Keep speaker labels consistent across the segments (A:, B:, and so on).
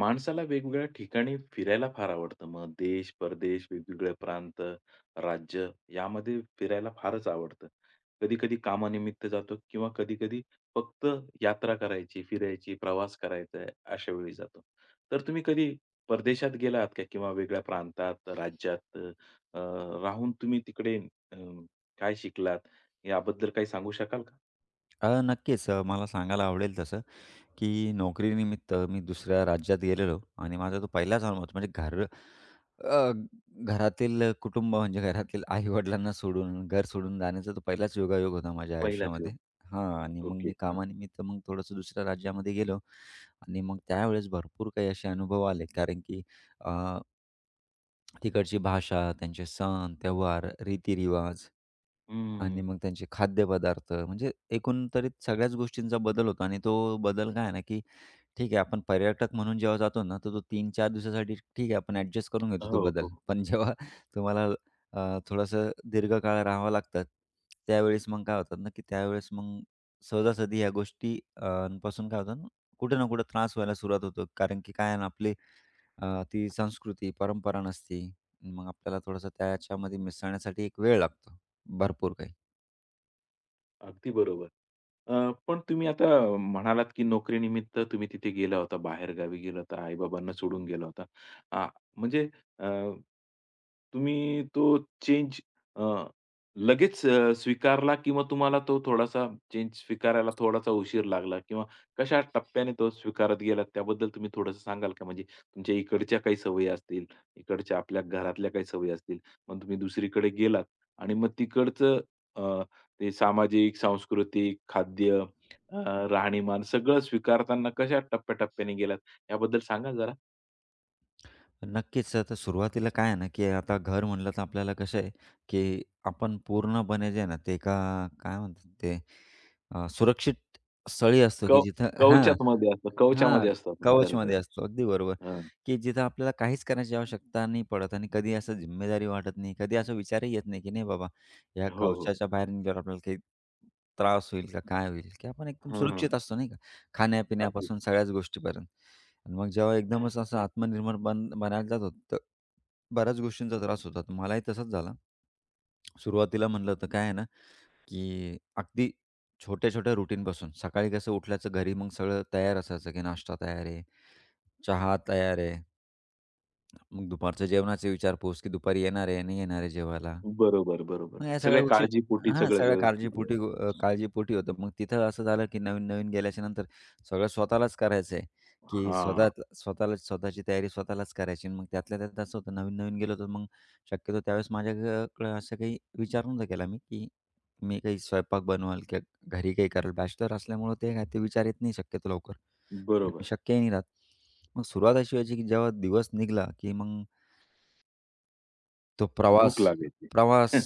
A: माणसाला वेगवेगळ्या ठिकाणी फिरायला फार आवडतं. मग देश, परदेश, वेगवेगळे प्रांत, राज्य यामध्ये फिरायला फारच आवडतं. कधी-कधी कामानिमित्त जातो किंवा कधी-कधी फक्त यात्रा करायची, फिरायची, प्रवास करायचा आहे अशा वेळी जातो. तर तुम्ही कधी परदेशात गेलात का? किंवा वेगळ्या प्रांतात, राज्यात अ, राहून तुम्ही तिकडे अ, काय शिकलात याबद्दल काही सांगू शकाल का?
B: नक्कीच. मला सांगायला आवडेल तसं, की नोकरीनिमित्त मी दुसऱ्या राज्यात गेलेलो आणि माझा तो पहिलाच अनुभव होता. म्हणजे अ, घरातील कुटुंब म्हणजे घरातील आई-वडिलांना सोडून, घर सोडून जाण्याचा तो पहिलाच योगायोग होता माझ्या
A: पहिलाच वेळ.
B: आयुष्यामध्ये. हां, आणि मग
A: ओके.
B: मी
A: हां.
B: कामानिमित्त मग थोडंसं दुसऱ्या राज्यामध्ये गेलो आणि मग त्यावेळेस भरपूर काही असे अनुभव आले. कारण की अ तिकडची भाषा, त्यांचे सण, त्योहार, रीतिरिवाज आणि
A: हं.
B: मग त्यांचे खाद्यपदार्थ म्हणजे एकूण तरी सगळ्याच गोष्टींचा बदल होतो आणि तो बदल काय आहे ना, की ठीक आहे, आपण पर्यटक म्हणून जेव्हा जातो ना, तर तो 3-4 दिवसासाठी ठीक आहे, आपण ॲडजस्ट करून घेतो तो
A: हो, हो.
B: बदल. पण जेव्हा तुम्हाला थोडंसं दीर्घकाळ राहावं लागतात, त्यावेळेस मग काय होतात ना, की त्यावेळेस मग सहजासहजी ह्या गोष्टी पासून काय होतं ना, कुठे ना कुठे त्रास व्हायला सुरुवात होतो. कारण की काय आहे ना, आपली ती संस्कृती, परंपरा नसती. मग आपल्याला थोडंसं त्याच्यामध्ये मिसळण्यासाठी एक वेळ लागतो, भरपूर काही.
A: अगदी बरोबर. पण तुम्ही आता म्हणालात, की नोकरीनिमित्त तुम्ही तिथे गेला होता, बाहेरगावी गेला होता, आई-बाबांना सोडून गेला होता. आ, म्हणजे अ, तुम्ही तो चेंज अ, लगेच स्वीकारला किंवा तुम्हाला तो थोडासा चेंज स्वीकारायला थोडासा उशीर लागला किंवा कशा टप्प्याने तो स्वीकारत गेलात त्याबद्दल तुम्ही थोडंसं सांगाल का? म्हणजे तुमच्या इकडच्या काही सवयी असतील, इकडच्या आपल्या घरातल्या काही सवयी असतील, मग तुम्ही दुसरीकडे गेलात आणि मग तिकडचं ते सामाजिक, सांस्कृतिक, खाद्य, अ, राहणीमान सगळं स्वीकारताना कशा टप्प्याटप्प्याने गेलात याबद्दल सांगा जरा?
B: नक्कीच. आता सुरुवातीला काय आहे ना, की आता घर म्हणलं तर आपल्याला कसं आहे, की आपण पूर्णपणे जे आहे ना, ते एका काय म्हणतात ते सुरक्षित स्थळी असतो, की
A: कव
B: जिथं हां,
A: कवचातमध्ये असतं
B: हां,
A: कवचामध्ये असतो आपण खरं तर.
B: कवचमध्ये असतो. अगदी बरोबर,
A: हां.
B: की जिथं आपल्याला काहीच करायची आवश्यकता नाही पडत आणि कधी असं जिम्मेदारी वाटत नाही. कधी असा विचारही येत नाही, की नाही बाबा, या
A: हो, हो.
B: कवचाच्या बाहेर निघाल्यावर आपल्याला काही त्रास होईल का? काय होईल? की आपण एकदम
A: हां, हां.
B: सुरक्षित असतो नाही का?
A: अगदी.
B: खाण्यापिण्यापासून सगळ्याच गोष्टीपर्यंत. आणि मग जेव्हा एकदमच असं आत्मनिर्भर बनायला जातो तर बऱ्याच गोष्टींचा त्रास होता. तर मलाही तसंच झाला. सुरुवातीला म्हणलं तर काय आहे ना, की अगदी छोट्या-छोट्या रुटीनपासून सकाळी कसं उठल्याचं घरी मग सगळं तयार असायचं, की नाश्ता तयार आहे, चहा तयार आहे. मग दुपारच्या जेवणाची विचारपूस, की दुपारी येणार आहे, नाही येणार आहे जेवायला.
A: बरोबर, बरोबर.
B: मग या सगळ्या
A: सगळ्या
B: गोष्टी
A: काळजीपोटी
B: हां,
A: सगळं
B: सगळ्या
A: व्यवस्थित राहील.
B: काळजीपोटी काळजीपोटी होतं. मग तिथं असं झालं, की नवीन-नवीन गेल्याच्यानंतर सगळं स्वतःलाच करायचं की
A: हां.
B: स्वतःला स्वतःची तयारी स्वतःलाच करायची. मग त्यातल्या त्यात असं होतं नवीन-नवीन गेलो होतो, मग शक्यतो त्यावेळेस माझ्याकडे असं काही विचार नव्हता केला मी, की मी काही स्वयंपाक बनवाल किंवा घरी काही कराल. बॅचलर असल्यामुळं ते काय ते विचार येत नाही शक्यतो लवकर आणि
A: बरोबर.
B: शक्यही नाही राहत. मग सुरुवात अशी व्हायची, की जेव्हा दिवस निघाला, की मग तो प्रवास,
A: भूक लागायची.
B: प्रवास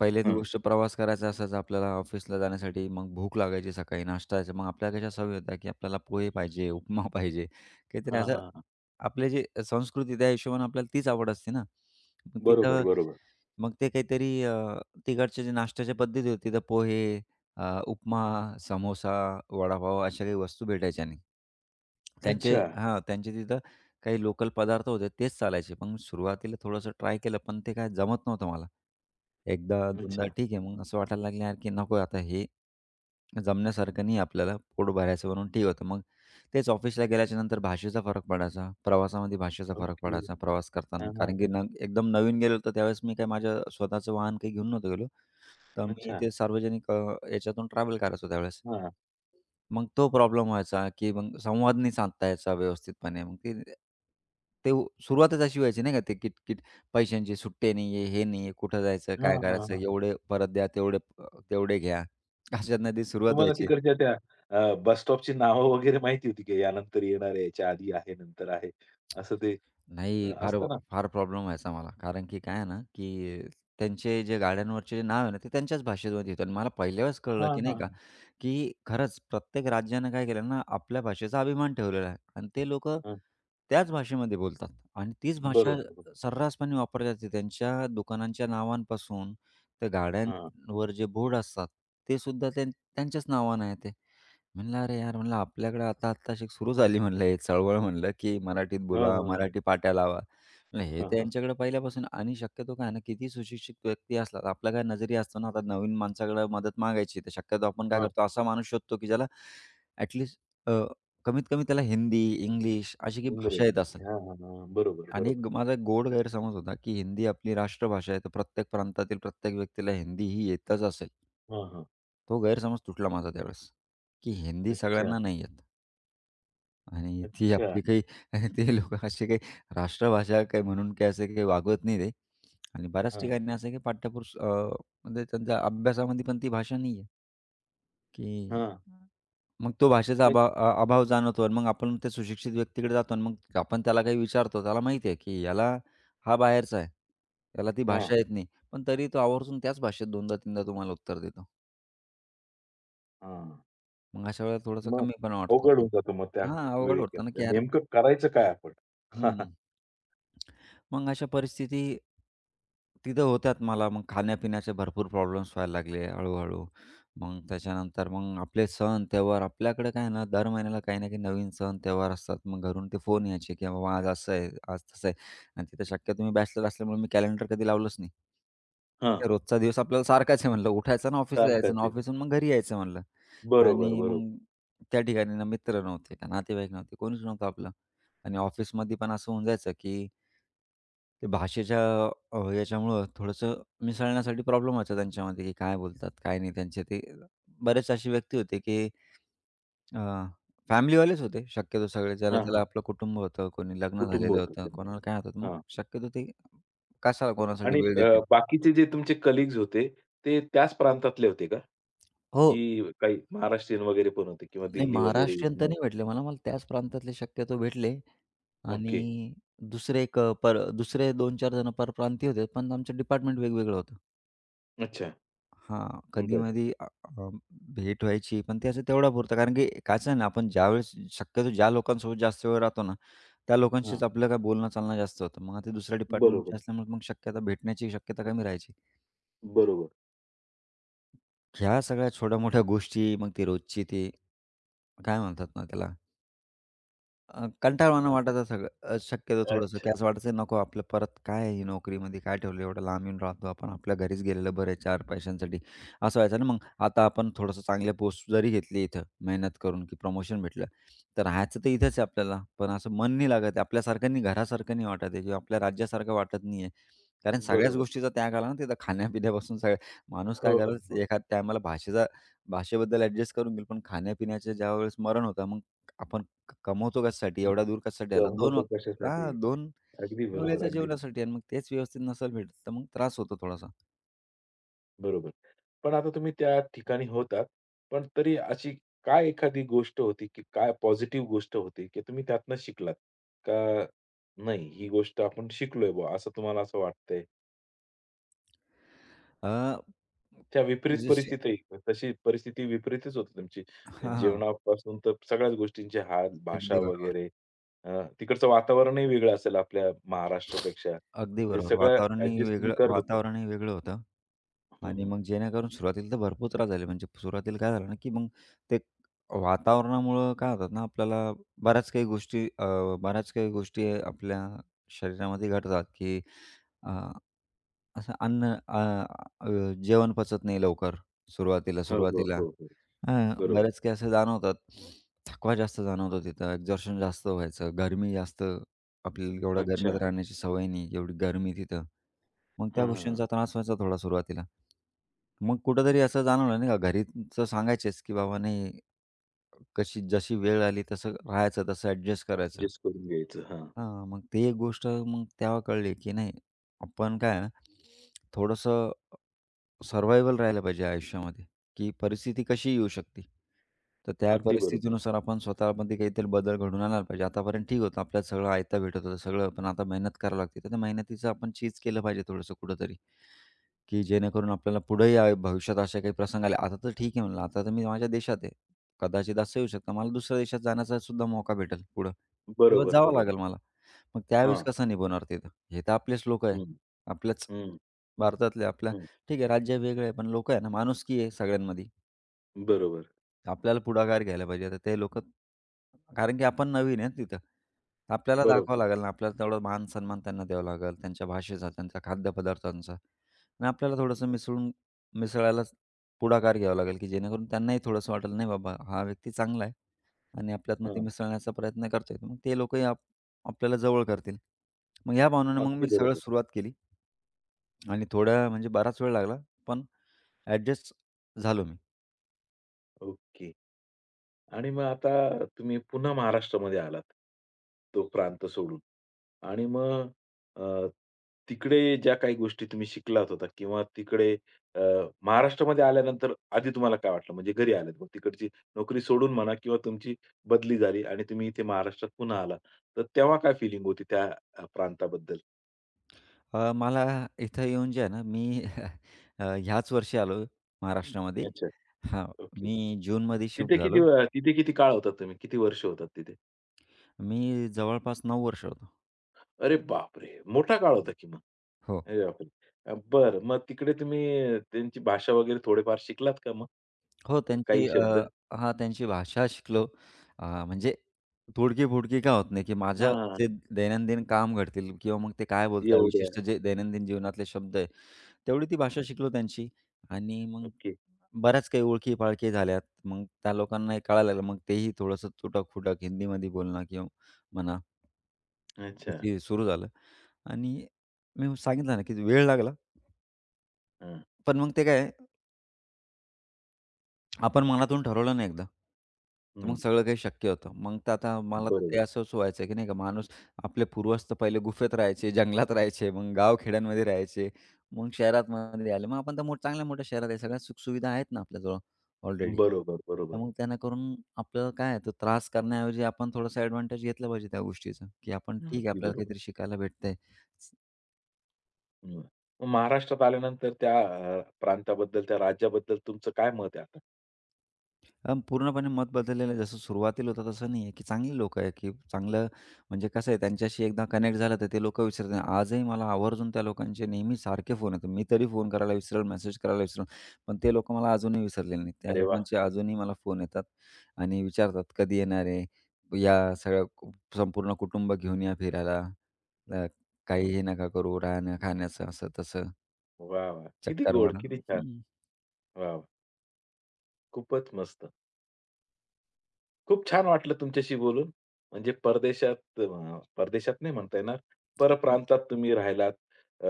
B: पहिलीच
A: हं.
B: गोष्ट प्रवास करायचा असायचा आपल्याला ऑफिसला जाण्यासाठी. मग भूक लागायची सकाळी नाश्तायचा. मग आपल्याला कशा सवयी होत्या, की आपल्याला पोहे पाहिजे, उपमा पाहिजे. काहीतरी
A: हां,
B: असं
A: हां, हां.
B: आपले जे संस्कृती त्या हिशोबाने आपल्याला तीच आवड असते ना. मग
A: बरोबर,
B: तिथं
A: बरोबर.
B: मग ते काहीतरी तिकडच्या जे नाश्त्याच्या पद्धती होती, तर पोहे, उपमा, समोसा, वडापाव अशा काही वस्तू भेटायच्या नाही. त्यांचे
A: अच्छा,
B: हां, त्यांचे तिथं काही लोकल पदार्थ होते तेच चालायचे. पण सुरुवातीला थोडंसं ट्राय केलं, पण ते काय जमत नव्हतं मला. एकदा, दोनदा
A: अच्छा.
B: ठीक आहे, मग असं वाटायला लागलं यार, की नको आता हे जमण्यासारखं नाही आपल्याला, पोट भरायचं म्हणून ठीक होतं. मग तेच ऑफिसला गेल्याच्या नंतर भाषेचा फरक पडायचा. प्रवासामध्ये भाषेचा फरक
A: ओके.
B: पडायचा, प्रवास करताना.
A: हां, हां.
B: कारण की न एकदम नवीन गेलो होतो त्यावेळेस मी काय माझ्या स्वतःचं वाहन काही घेऊन नव्हतो गेलो. तर मी
A: अच्छा.
B: ते सार्वजनिक याच्यातून ट्रॅव्हल करायचो त्यावेळेस.
A: हां.
B: मग तो प्रॉब्लेम व्हायचा, की मग संवाद नाही साधता यायचा व्यवस्थितपणे. मग ते ते उ- सुरुवातच अशी व्हायची नाही का ते किटकिट पैशांची सुट्टे नाही आहे, हे नाही आहे, कुठं जायचं,
A: हां,
B: काय
A: हां,
B: करायचं,
A: हां.
B: एवढे परत द्या, तेवढे तेवढे घ्या. अशातनं ती सुरुवात
A: तुम्हाला
B: व्हायची.
A: तिकडच्या त्या बस स्टॉपची नावं वगैरे माहिती होती की यानंतर येणार आहे, याच्या आधी आहे, नंतर आहे. असं ते
B: नाही, फार
A: असतं ना
B: फार प्रॉब्लेम व्हायचा मला. कारण की काय आहे ना, की त्यांचे जे गाड्यांवरचे जे नाव आहे ना, ते त्यांच्याच भाषेमध्ये येतं आणि मला पहिल्या वेळेस कळलं,
A: हां,
B: की नाही
A: हां,
B: का, की खरंच प्रत्येक राज्यानं काय केलं ना, आपल्या भाषेचा अभिमान ठेवलेला आहे आणि ते लोकं
A: हां.
B: त्याच भाषेमध्ये बोलतात आणि तीच भाषा
A: बरोबर.
B: सर्रासपणे वापरली जाते. त्यांच्या दुकानांच्या नावांपासून, त्या
A: हां,
B: गाड्यांवर जे बोर्ड असतात, ते सुद्धा त्यांच्याच नावानं आहे ते. म्हणलं, "अरे यार," म्हणलं, "आपल्याकडे आता आत्ताशी सुरू झाली," म्हणलं, "एक चळवळ," म्हणलं, "की मराठीत
A: हां,
B: बोला,
A: हां,
B: मराठी पाट्या लावा." म्हणलं, "हे
A: हां,
B: तर
A: हां,
B: यांच्याकडे पहिल्यापासून" आणि शक्यतो काय आहे ना, किती सुशिक्षित व्यक्ती असला, तर आपला काय नजरिया असतो ना, आता नवीन माणसाकडे मदत मागायची, तर शक्यतो आपण काय
A: हां.
B: करतो, असा माणूस शोधतो की ज्याला ॲटलीस्ट कमीत कमी त्याला हिंदी, इंग्लिश अशी काही भाषा येत
A: इंग्रजी.
B: असेल.
A: हां, हां, हां. बरोबर,
B: आणि
A: बरोबर.
B: एक माझा एक गोड गैरसमज होता, की हिंदी आपली राष्ट्रभाषा आहे, तर प्रत्येक प्रांतातील प्रत्येक व्यक्तीला हिंदी ही येतच असेल.
A: हां, हां.
B: तो गैरसमज तुटला माझा त्यावेळेस, की हिंदी
A: अच्छा,
B: सगळ्यांना नाही येत आणि ती
A: अच्छा.
B: आपली काही ते लोकं अशी काही राष्ट्रभाषा काही म्हणून काही असं काही वागवत नाही ते आणि बऱ्याच
A: हां,
B: ठिकाणी असं आहे की म्हणजे त्यांच्या अभ्यासामध्ये पण ती भाषा नाही आहे, की
A: हां.
B: मग तो भाषेचा
A: ते
B: अभाव जाणवतो आणि मग आपण त्या सुशिक्षित व्यक्तीकडे जातो आणि मग आपण त्याला काही विचारतो. त्याला माहिती आहे की याला हा बाहेरचा आहे. त्याला ती
A: हां,
B: भाषा येत नाही. पण तरी तो आवर्जून त्याच भाषेत 2दा-3दा तुम्हाला उत्तर देतो.
A: हां.
B: मग अशा वेळेला थोडंसं
A: मग
B: कमी पण वाटतो,
A: अवघड
B: की
A: होऊन जातं मग त्या
B: हां, अवघड
A: वेळी
B: होतं ना,
A: तर
B: की यार
A: नेमकं करायचं काय आपण?
B: हं. मग अशा परिस्थिती तिथं होत्यात मला. मग खाण्यापिण्याचे भरपूर प्रॉब्लेम्स व्हायला लागले हळू. मग त्याच्यानंतर मग आपले सण, त्योहार आपल्याकडे काय आहे ना, दर महिन्याला काही ना काही नवीन सण, त्योहार असतात. मग घरून ते फोन यायचे, की बाबा आज असं आहे, आज तसं आहे. आणि तिथं शक्यतो मी बॅचलर असल्यामुळे मी कॅलेंडर कधी लावलंच नाही.
A: हां,
B: म्हणजे रोजचा दिवस आपल्याला सारखाच आहे म्हणलं. उठायचं आणि ऑफिसला जायचं
A: सारखं
B: आणि
A: ते.
B: ऑफिसहून मग घरी यायचं म्हणलं.
A: बरोबर,
B: आणि
A: बरोबर.
B: मग त्या ठिकाणी ना मित्र नव्हते, का नातेवाईक नव्हते, कोणीच नव्हतं आपलं. आणि ऑफिसमध्ये पण असं होऊन जायचं, की ते भाषेच्या याच्यामुळं थोडंसं मिसळण्यासाठी प्रॉब्लेम व्हायचा त्यांच्यामध्ये, की काय बोलतात, काय नाही. त्यांचे ते बरेच अशी व्यक्ती होते, की अ, फॅमिलीवालेच होते शक्यतो सगळे. हो.
A: हां,
B: ज्याला-त्याला
A: हां.
B: आपलं कुटुंब होतं, कोणी लग्न
A: कुटुंब
B: झालेलं
A: होतं
B: होतं,
A: त्यांचं.
B: कोणाला काय होतं. मग
A: हां.
B: शक्यतो ते कशाला कोणासाठी
A: आणि
B: वेळ देतील?
A: बाकीचे जे तुमचे कलीग्स होते, ते त्याच प्रांतातले होते का?
B: हो.
A: की काही महाराष्ट्रीयन वगैरे पण होते किंवा
B: नाही,
A: दिल्ली वगैरे
B: महाराष्ट्रीयन तर
A: इथनं?
B: नाही भेटले मला. मला त्याच प्रांतातले शक्यतो भेटले
A: ओके.
B: आणि दुसरे एक अ, पर दुसरे 2-4 जण परप्रांतीय होते, पण आमचं डिपार्टमेंट वेगवेगळं होतं.
A: अच्छा.
B: हां,
A: बरं.
B: कधी-मधी अ, अ, भेट व्हायची, पण ते असं तेवढ्यापुरतं. कारण की कसं आहे ना, आपण ज्यावेळेस शक्यतो ज्या लोकांसोबत जास्त वेळ राहतो ना, त्या लोकांशीच
A: हां.
B: आपलं काय बोलणं-चालणं जास्त होतं. मग आता दुसऱ्या
A: बरोबर,
B: डिपार्टमेंटचे असल्यामुळे मग शक्यता भेटण्याची शक्यता कमी राहायची.
A: बरोबर.
B: ह्या सगळ्या छोट्या-मोठ्या गोष्टी, मग ती रोजची ती काय म्हणतात ना त्याला कंटाळवाणं
A: हां.
B: वाटायचं सगळं शक्यतो थोडंसं,
A: अच्छा.
B: की असं वाटायचं नको आपलं परत काय ही नोकरीमध्ये काय ठेवलं एवढं लांब येऊन राहतो आपण, आपल्या घरीच गेलेलं बरं आहे 4 पैशांसाठी. असं व्हायचं ना मग. आता आपण थोडंसं चांगल्या पोस्ट जरी घेतली इथं मेहनत करून, की प्रमोशन भेटलं, तर राहायचं तर इथेच आहे आपल्याला, पण असं मन नाही लागत आहे. आपल्यासारखं नाही, घरासारखं नाही वाटत आहे किंवा आपल्या राज्यासारखं वाटत नाही आहे. कारण सगळ्याच
A: बरोबर.
B: गोष्टीचा त्याग आला ना तिथं खाण्यापिण्यापासून सगळं. माणूस काय
A: हो, हो,
B: करेल
A: हो.
B: एखाद टायमाला भाषेबद्दल ॲडजस्ट करून घेईल, पण खाण्यापिण्याचं ज्यावेळेस मरण होतं, मग आपण कमवतो कशासाठी?
A: हं.
B: एवढ्या दूर कशासाठी आलो? दोन
A: कमवतो
B: वाक
A: कशासाठी?
B: हां, 2
A: अगदी बरोबर,
B: वेळेच्या
A: अगदी.
B: जेवणासाठी आणि मग तेच व्यवस्थित नसेल भेटत, तर मग त्रास होतो थोडासा.
A: बरोबर. पण आता तुम्ही त्या ठिकाणी होतात. पण तरी अशी काय एखादी गोष्ट होती, की काय पॉझिटिव्ह गोष्ट होती, की तुम्ही त्यातनं शिकलात? का नाही, ही गोष्ट आपण शिकलोय बुवा, असं तुम्हाला असं वाटतंय?
B: अ,
A: त्या विपरीत
B: जसे
A: परिस्थिती तशी परिस्थिती विपरीतच होती तुमची.
B: हां, हां.
A: जेवणापासून तर सगळ्याच गोष्टींचे हाल, भाषा
B: अगदी बरोबर.
A: वगैरे. तिकडचं वातावरणही वेगळं असेल आपल्या महाराष्ट्रापेक्षा.
B: अगदी
A: ते
B: बरोबर.
A: सगळं
B: वातावरणही
A: ॲडजस्ट तुम्ही
B: वेगळं
A: करत होते.
B: वातावरणही वेगळं होतं आणि
A: हं,
B: मग जेणेकरून सुरुवातीला तर भरपूर त्रास झाले. म्हणजे सुरुवातीला काय झालं ना, की मग ते वातावरणामुळं काय होतात ना, आपल्याला बऱ्याच काही गोष्टी अ, बऱ्याच काही गोष्टी आपल्या शरीरामध्ये घडतात, की असं अ, जेवण पचत नाही लवकर सुरुवातीला,
A: हो, हो,
B: सुरुवातीला.
A: हो, हो.
B: हां,
A: बरोबर.
B: बरेच काही असं जाणवतात. थकवा जास्त जाणवतो तिथं, एक्झॉर्शन जास्त व्हायचं, गरमी जास्त आपल्याला एवढ्या गरमीत
A: अच्छा.
B: राहण्याची सवय नाही, एवढी गरमी तिथं. मग त्या
A: हां,
B: गोष्टींचा त्रास व्हायचा थोडा सुरुवातीला. मग कुठेतरी असं जाणवलं नाही का घरीच सांगायचेच, की बाबा नाही कशी जशी वेळ आली तसं राहायचं, तसं ॲडजस्ट करायचं.
A: ऍडजस्ट करून घ्यायचं. हां.
B: हां, मग ते एक गोष्ट मग तेव्हा कळली, की नाही आपण काय आहे ना, थोडंसं सर्व्हायव्हल राहिलं पाहिजे आयुष्यामध्ये, की परिस्थिती कशी येऊ शकते. तर त्या
A: अगदी बरोबर.
B: परिस्थितीनुसार आपण स्वतःमध्ये काहीतरी बदल घडवून आणायला पाहिजे. आतापर्यंत ठीक होतं, आपल्याला सगळं आयतं भेटत होतं सगळं, पण आता मेहनत करावी लागते. तर त्या मेहनतीचं आपण चीज केलं पाहिजे थोडंसं कुठेतरी. की जेणेकरून आपल्याला पुढेही भविष्यात असे काही प्रसंग आले. आता तर ठीक आहे म्हणलं, आता तर मी माझ्या देशात आहे. कदाचित असं येऊ शकतं मला दुसऱ्या देशात जाण्याचा सुद्धा मौका भेटेल पुढं किंवा
A: बरोबर,
B: जावं
A: बरोबर.
B: लागेल मला. मग त्यावेळेस
A: हां.
B: कसं निभवणार तिथं? हे तर आपलेच लोकं आहे.
A: हं,
B: आपल्याच
A: हं,
B: भारतातले
A: हं.
B: ठीक आहे, राज्य वेगळं आहे, पण लोकं आहे ना, माणुसकी आहे सगळ्यांमध्ये.
A: बरोबर,
B: आपल्याला पुढाकार घ्यायला पाहिजे. आता ते लोकं, कारण की आपण नवीन आहे तिथं. आपल्याला
A: बरोबर.
B: दाखवावं लागेल ना, आपल्याला तेवढा मान-सन्मान त्यांना द्यावा लागेल, त्यांच्या भाषेचा, त्यांच्या खाद्यपदार्थांचा आणि आपल्याला थोडंसं मिसळून मिसळायलाच पुढाकार घ्यावा लागेल, की जेणेकरून त्यांनाही थोडंसं वाटेल, नाही बाबा हा व्यक्ती चांगला आहे आणि आपल्यातमध्ये
A: हां,
B: मिसळण्याचा प्रयत्न करतोय. तर मग ते लोकंही आपल्याला जवळ करतील. मग ह्या भावनेने मग
A: अगदी
B: मी सगळं
A: बरोबर.
B: सुरुवात केली आणि थोड्या म्हणजे बराच वेळ लागला, पण ॲडजस्ट झालो मी.
A: ओके. आणि मग आता तुम्ही पुन्हा महाराष्ट्रामध्ये आलात, तो प्रांत सोडून आणि मग अ, तिकडे ज्या काही गोष्टी तुम्ही शिकलात होता किंवा तिकडे अ, महाराष्ट्रामध्ये आल्यानंतर आधी तुम्हाला काय वाटलं? म्हणजे घरी आलेत मग तिकडची नोकरी सोडून म्हणा किंवा तुमची बदली झाली आणि तुम्ही इथे महाराष्ट्रात पुन्हा आला. तर तेव्हा काय फीलिंग होती त्या प्रांताबद्दल?
B: मला इथं येऊन जे आहे ना, मी ह्याच वर्षी आलो महाराष्ट्रामध्ये.
A: अच्छा.
B: हां,
A: ओके.
B: मी जूनमध्ये शिफ्ट झालो.
A: तिथे किती काळ होतात तुम्ही? किती वर्ष होतात तिथे?
B: मी जवळपास 9 वर्ष होतो.
A: अरे बापरे! मोठा काळ होता की
B: हो.
A: अरे बापरे! बरं. मग तिकडे तुम्ही त्यांची भाषा वगैरे थोडेफार शिकलात का मग?
B: हो,
A: काही
B: त्यांची अ,
A: शब्द?
B: हां, त्यांची भाषा शिकलो. म्हणजे तोडकी-फोडकी का होत नाही, की माझं
A: हां.
B: जे दैनंदिन काम घडतील किंवा मग ते काय बोलतात
A: एवढ्या.
B: विशिष्ट जे दैनंदिन जीवनातले शब्द आहे, तेवढी ती
A: हां.
B: भाषा शिकलो त्यांची आणि मग
A: ओके.
B: बऱ्याच काही ओळखी-पाळखी झाल्यात. मग त्या लोकांनाही कळायला लागलं. मग तेही थोडंसं तुटक-फुटक हिंदीमध्ये बोलणं किंवा म्हणा
A: अच्छा.
B: तशी सुरू झालं आणि मी सांगितलं ना, की वेळ लागला.
A: हां.
B: पण मग ते काय आपण मनातून ठरवलं ना एकदा, तर मग हं,
A: हं.
B: सगळं काही शक्य होतं. मग तर आता मला तर ते
A: बरोबर.
B: असंच व्हायचं की नाही का माणूस आपले पूर्वज तर पहिले गुफेत राहायचे, जंगलात राहायचे, मग गावखेड्यांमध्ये राहायचे, मग शहरामध्ये आले. मग आपण तर चांगल्या मोठ्या शहरात आहे. सगळ्या सुखसुविधा आहेत ना आपल्याजवळ ऑलरेडी.
A: बरोबर,
B: तर
A: बरोबर.
B: मग त्यांना करून आपल्याला काय आहे, तो त्रास करण्याऐवजी आपण थोडासा एडव्हांटेज घेतला पाहिजे त्या गोष्टीचा, की आपण
A: हं.
B: ठीक आहे,
A: अगदी
B: आपल्याला
A: बरोबर.
B: काहीतरी शिकायला भेटतंय.
A: हं. मग महाराष्ट्रात आल्यानंतर त्या प्रांताबद्दल, त्या राज्याबद्दल तुमचं काय मत आहे आता?
B: पूर्णपणे मत बदललेलं आहे. जसं सुरुवातीला होतं तसं नाही आहे, की चांगली लोकं आहे, की चांगलं म्हणजे कसं आहे त्यांच्याशी एकदा कनेक्ट झालं तर ते लोकं विसरत नाही. आजही मला आवर्जून त्या लोकांचे नेहमी सारखे फोन येतात. मी तरी फोन करायला विसरेल, मेसेज करायला विसरेल, पण ते लोकं मला अजूनही विसरलेले नाहीत. त्या
A: अरे वाह!
B: लोकांचे अजूनही मला फोन येतात आणि विचारतात, "कधी येणार आहे? या सगळं कु संपूर्ण कुटुंब घेऊन या फिरायला. अ,
A: वाह,
B: काही हे नका करू, राहण्या-खाण्याचं असं-तसं,
A: वाह! वाह! किती
B: चक्कर
A: गोड,
B: मारा."
A: किती छान.
B: हं.
A: वाह, वाह! खूपच मस्त. खूप छान वाटलं तुमच्याशी बोलून. म्हणजे परदेशात नाही म्हणता येणार, परप्रांतात तुम्ही राहिलात, अ,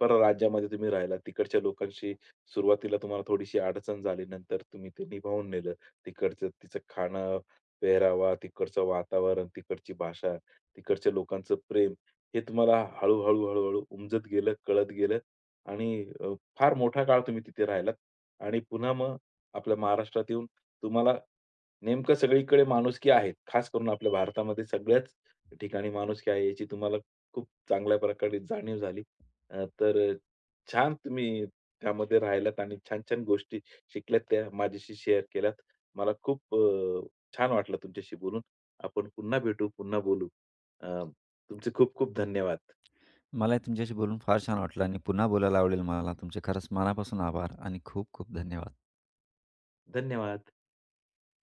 A: परराज्यामध्ये तुम्ही राहिलात. तिकडच्या लोकांशी सुरुवातीला तुम्हाला थोडीशी अडचण झाली. नंतर तुम्ही ते निभावून नेलं. तिकडचं तिचं खाणं, पेहरावा, तिकडचं वातावरण, तिकडची भाषा, तिकडच्या लोकांचं प्रेम हे तुम्हाला हळू-हळू, हळू-हळू उमजत गेलं, कळत गेलं आणि अ, फार मोठा काळ तुम्ही तिथे राहिलात आणि पुन्हा मग आपल्या महाराष्ट्रात येऊन तुम्हाला नेमकं सगळीकडे माणुसकी आहे. खास करून आपल्या भारतामध्ये सगळ्याच ठिकाणी माणुसकी आहे याची तुम्हाला खूप चांगल्या प्रकारे जाणीव झाली. तर छान तुम्ही त्यामध्ये राहिलात आणि छान-छान गोष्टी शिकल्यात त्या माझ्याशी शेअर केल्यात. मला खूप छान वाटलं तुमच्याशी बोलून. आपण पुन्हा भेटू, पुन्हा बोलू. अ, तुमचे खूप खूप धन्यवाद.
B: मलाही तुमच्याशी बोलून फार छान वाटलं आणि पुन्हा बोलायला आवडेल मला. तुमचे खरंच मनापासून आभार आणि खूप खूप धन्यवाद.
A: धन्यवाद.